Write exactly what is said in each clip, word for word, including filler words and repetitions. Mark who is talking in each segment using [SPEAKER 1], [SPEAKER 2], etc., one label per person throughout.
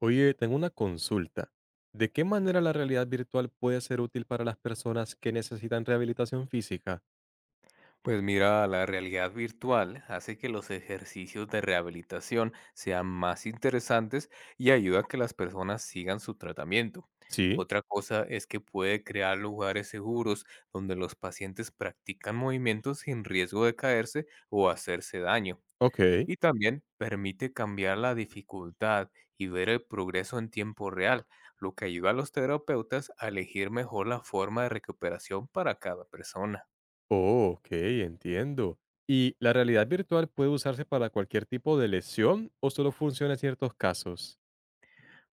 [SPEAKER 1] Oye, tengo una consulta. ¿De qué manera la realidad virtual puede ser útil para las personas que necesitan rehabilitación física?
[SPEAKER 2] Pues mira, la realidad virtual hace que los ejercicios de rehabilitación sean más interesantes y ayuda a que las personas sigan su tratamiento.
[SPEAKER 1] Sí,
[SPEAKER 2] Otra cosa es que puede crear lugares seguros donde los pacientes practican movimientos sin riesgo de caerse o hacerse daño.
[SPEAKER 1] ok.
[SPEAKER 2] Y también permite cambiar la dificultad y ver el progreso en tiempo real, lo que ayuda a los terapeutas a elegir mejor la forma de recuperación para cada persona.
[SPEAKER 1] Oh, ok, entiendo. ¿Y la realidad virtual puede usarse para cualquier tipo de lesión o solo funciona en ciertos casos?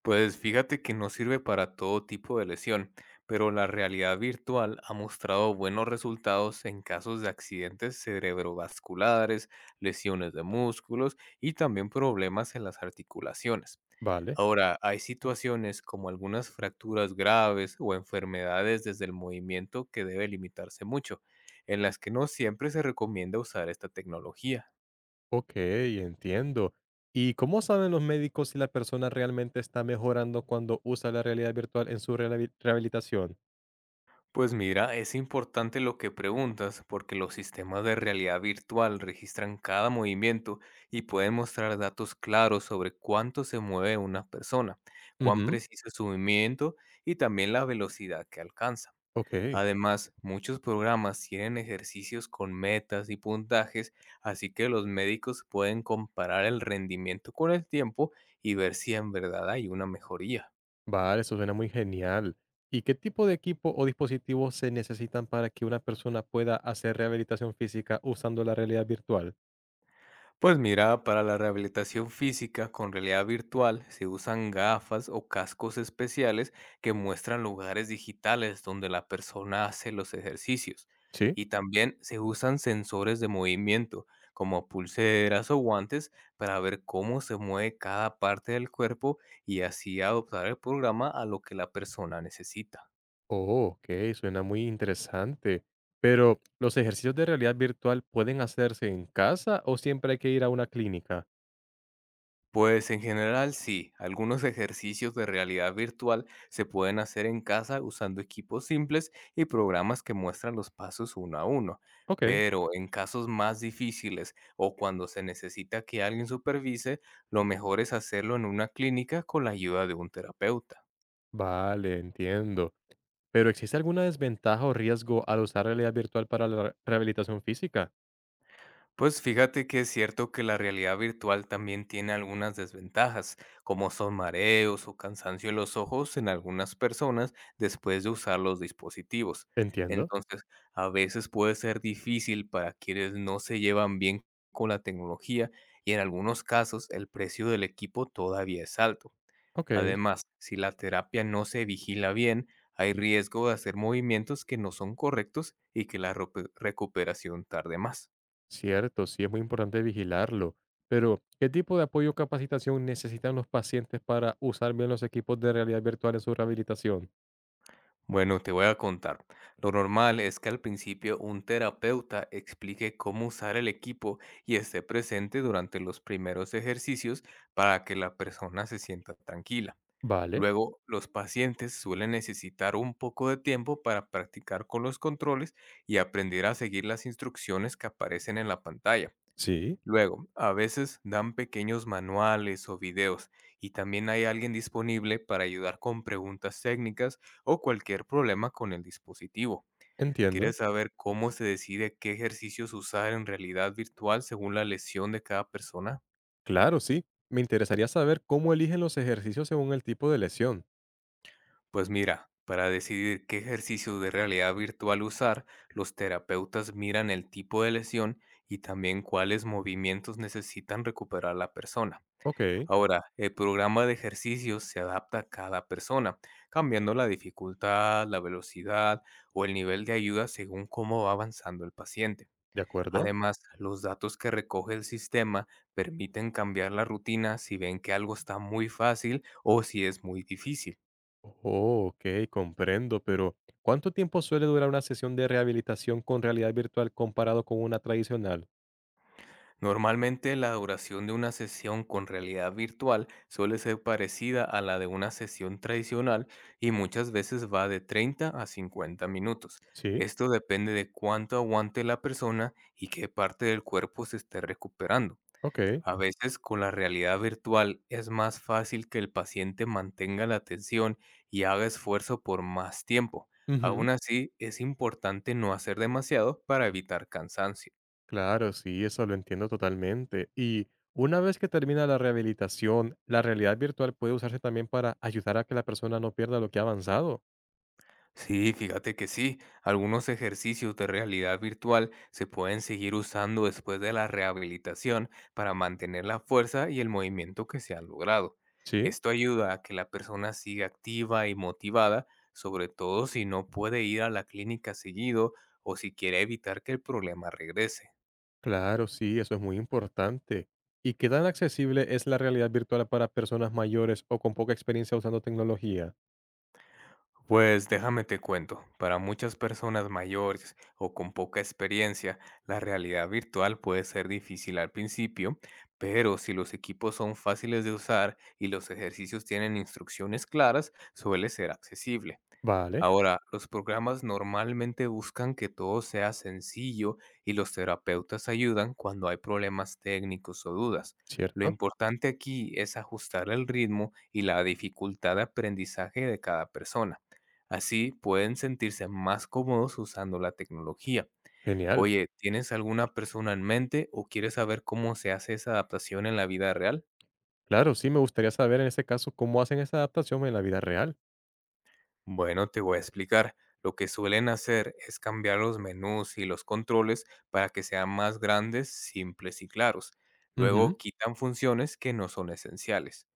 [SPEAKER 2] Pues fíjate que no sirve para todo tipo de lesión, pero la realidad virtual ha mostrado buenos resultados en casos de accidentes cerebrovasculares, lesiones de músculos y también problemas en las articulaciones.
[SPEAKER 1] Vale,
[SPEAKER 2] Ahora, hay situaciones como algunas fracturas graves o enfermedades desde el movimiento que debe limitarse mucho, en las que no siempre se recomienda usar esta tecnología.
[SPEAKER 1] ok, entiendo. ¿Y cómo saben los médicos si la persona realmente está mejorando cuando usa la realidad virtual en su rehabil- rehabilitación?
[SPEAKER 2] Pues mira, es importante lo que preguntas, porque los sistemas de realidad virtual registran cada movimiento y pueden mostrar datos claros sobre cuánto se mueve una persona, cuán
[SPEAKER 1] Ujú,
[SPEAKER 2] preciso es su movimiento y también la velocidad que alcanza.
[SPEAKER 1] ok.
[SPEAKER 2] Además, muchos programas tienen ejercicios con metas y puntajes, así que los médicos pueden comparar el rendimiento con el tiempo y ver si en verdad hay una mejoría.
[SPEAKER 1] Vale, eso suena muy genial. ¿Y qué tipo de equipo o dispositivos se necesitan para que una persona pueda hacer rehabilitación física usando la realidad virtual?
[SPEAKER 2] Pues mira, para la rehabilitación física con realidad virtual se usan gafas o cascos especiales que muestran lugares digitales donde la persona hace los ejercicios.
[SPEAKER 1] Sí,
[SPEAKER 2] Y también se usan sensores de movimiento, como pulseras o guantes, para ver cómo se mueve cada parte del cuerpo y así adoptar el programa a lo que la persona necesita.
[SPEAKER 1] oh, ok, suena muy interesante. Pero, ¿los ejercicios de realidad virtual pueden hacerse en casa o siempre hay que ir a una clínica?
[SPEAKER 2] Pues en general sí, algunos ejercicios de realidad virtual se pueden hacer en casa usando equipos simples y programas que muestran los pasos uno a uno,
[SPEAKER 1] Ok.
[SPEAKER 2] pero en casos más difíciles o cuando se necesita que alguien supervise, lo mejor es hacerlo en una clínica con la ayuda de un terapeuta.
[SPEAKER 1] Vale, entiendo. Pero ¿existe alguna desventaja o riesgo al usar realidad virtual para la rehabilitación física?
[SPEAKER 2] Pues fíjate que es cierto que la realidad virtual también tiene algunas desventajas, como son mareos o cansancio en los ojos en algunas personas después de usar los dispositivos.
[SPEAKER 1] Entiendo.
[SPEAKER 2] Entonces, a veces puede ser difícil para quienes no se llevan bien con la tecnología, y en algunos casos el precio del equipo todavía es alto.
[SPEAKER 1] Ok.
[SPEAKER 2] Además, si la terapia no se vigila bien, hay riesgo de hacer movimientos que no son correctos y que la recu- recuperación tarde más.
[SPEAKER 1] Cierto, sí, es muy importante vigilarlo. Pero, ¿qué tipo de apoyo o capacitación necesitan los pacientes para usar bien los equipos de realidad virtual en su rehabilitación?
[SPEAKER 2] Bueno, te voy a contar. Lo normal es que al principio un terapeuta explique cómo usar el equipo y esté presente durante los primeros ejercicios para que la persona se sienta tranquila.
[SPEAKER 1] Vale,
[SPEAKER 2] Luego, los pacientes suelen necesitar un poco de tiempo para practicar con los controles y aprender a seguir las instrucciones que aparecen en la pantalla.
[SPEAKER 1] sí,
[SPEAKER 2] Luego, a veces dan pequeños manuales o videos, y también hay alguien disponible para ayudar con preguntas técnicas o cualquier problema con el dispositivo. ¿Quieres
[SPEAKER 1] entiendo.
[SPEAKER 2] saber cómo se decide qué ejercicios usar en realidad virtual según la lesión de cada persona?
[SPEAKER 1] Claro, sí. Me interesaría saber cómo eligen los ejercicios según el tipo de lesión.
[SPEAKER 2] Pues mira, para decidir qué ejercicios de realidad virtual usar, los terapeutas miran el tipo de lesión y también cuáles movimientos necesitan recuperar la persona.
[SPEAKER 1] Ok,
[SPEAKER 2] Ahora, el programa de ejercicios se adapta a cada persona, cambiando la dificultad, la velocidad o el nivel de ayuda según cómo va avanzando el paciente.
[SPEAKER 1] de acuerdo.
[SPEAKER 2] Además, los datos que recoge el sistema permiten cambiar la rutina si ven que algo está muy fácil o si es muy difícil.
[SPEAKER 1] Oh, ok, comprendo, pero ¿cuánto tiempo suele durar una sesión de rehabilitación con realidad virtual comparado con una tradicional?
[SPEAKER 2] Normalmente la duración de una sesión con realidad virtual suele ser parecida a la de una sesión tradicional y muchas veces va de treinta a cincuenta minutos.
[SPEAKER 1] Sí,
[SPEAKER 2] Esto depende de cuánto aguante la persona y qué parte del cuerpo se esté recuperando.
[SPEAKER 1] ok.
[SPEAKER 2] A veces con la realidad virtual es más fácil que el paciente mantenga la atención y haga esfuerzo por más tiempo. Aún
[SPEAKER 1] Ujú.
[SPEAKER 2] así, es importante no hacer demasiado para evitar cansancio.
[SPEAKER 1] Claro, sí, eso lo entiendo totalmente. Y una vez que termina la rehabilitación, la realidad virtual puede usarse también para ayudar a que la persona no pierda lo que ha avanzado.
[SPEAKER 2] Sí, fíjate que sí, algunos ejercicios de realidad virtual se pueden seguir usando después de la rehabilitación para mantener la fuerza y el movimiento que se han logrado.
[SPEAKER 1] ¿Sí?
[SPEAKER 2] Esto ayuda a que la persona siga activa y motivada, sobre todo si no puede ir a la clínica seguido o si quiere evitar que el problema regrese.
[SPEAKER 1] Claro, sí, eso es muy importante. ¿Y qué tan accesible es la realidad virtual para personas mayores o con poca experiencia usando tecnología?
[SPEAKER 2] Pues déjame te cuento, para muchas personas mayores o con poca experiencia, la realidad virtual puede ser difícil al principio, pero si los equipos son fáciles de usar y los ejercicios tienen instrucciones claras, suele ser accesible.
[SPEAKER 1] Vale,
[SPEAKER 2] Ahora, los programas normalmente buscan que todo sea sencillo y los terapeutas ayudan cuando hay problemas técnicos o dudas. Lo
[SPEAKER 1] cierto.
[SPEAKER 2] importante aquí es ajustar el ritmo y la dificultad de aprendizaje de cada persona. Así pueden sentirse más cómodos usando la tecnología.
[SPEAKER 1] Genial.
[SPEAKER 2] Oye, ¿tienes alguna persona en mente o quieres saber cómo se hace esa adaptación en la vida real?
[SPEAKER 1] Claro, sí, me gustaría saber en este caso cómo hacen esa adaptación en la vida real.
[SPEAKER 2] Bueno, te voy a explicar. Lo que suelen hacer es cambiar los menús y los controles para que sean más grandes, simples y claros.
[SPEAKER 1] Ujú,
[SPEAKER 2] Luego quitan funciones que no son esenciales.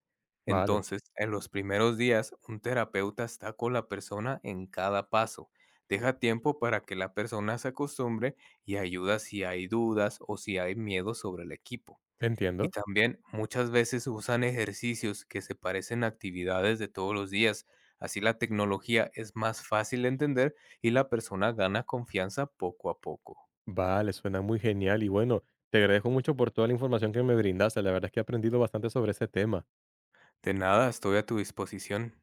[SPEAKER 1] vale,
[SPEAKER 2] Entonces, en los primeros días, un terapeuta está con la persona en cada paso. Deja tiempo para que la persona se acostumbre y ayuda si hay dudas o si hay miedo sobre el equipo. Y
[SPEAKER 1] entiendo.
[SPEAKER 2] también muchas veces usan ejercicios que se parecen a actividades de todos los días. Así la tecnología es más fácil de entender y la persona gana confianza poco a poco.
[SPEAKER 1] Vale, suena muy genial y bueno, te agradezco mucho por toda la información que me brindaste. La verdad es que he aprendido bastante sobre ese tema.
[SPEAKER 2] De nada, estoy a tu disposición.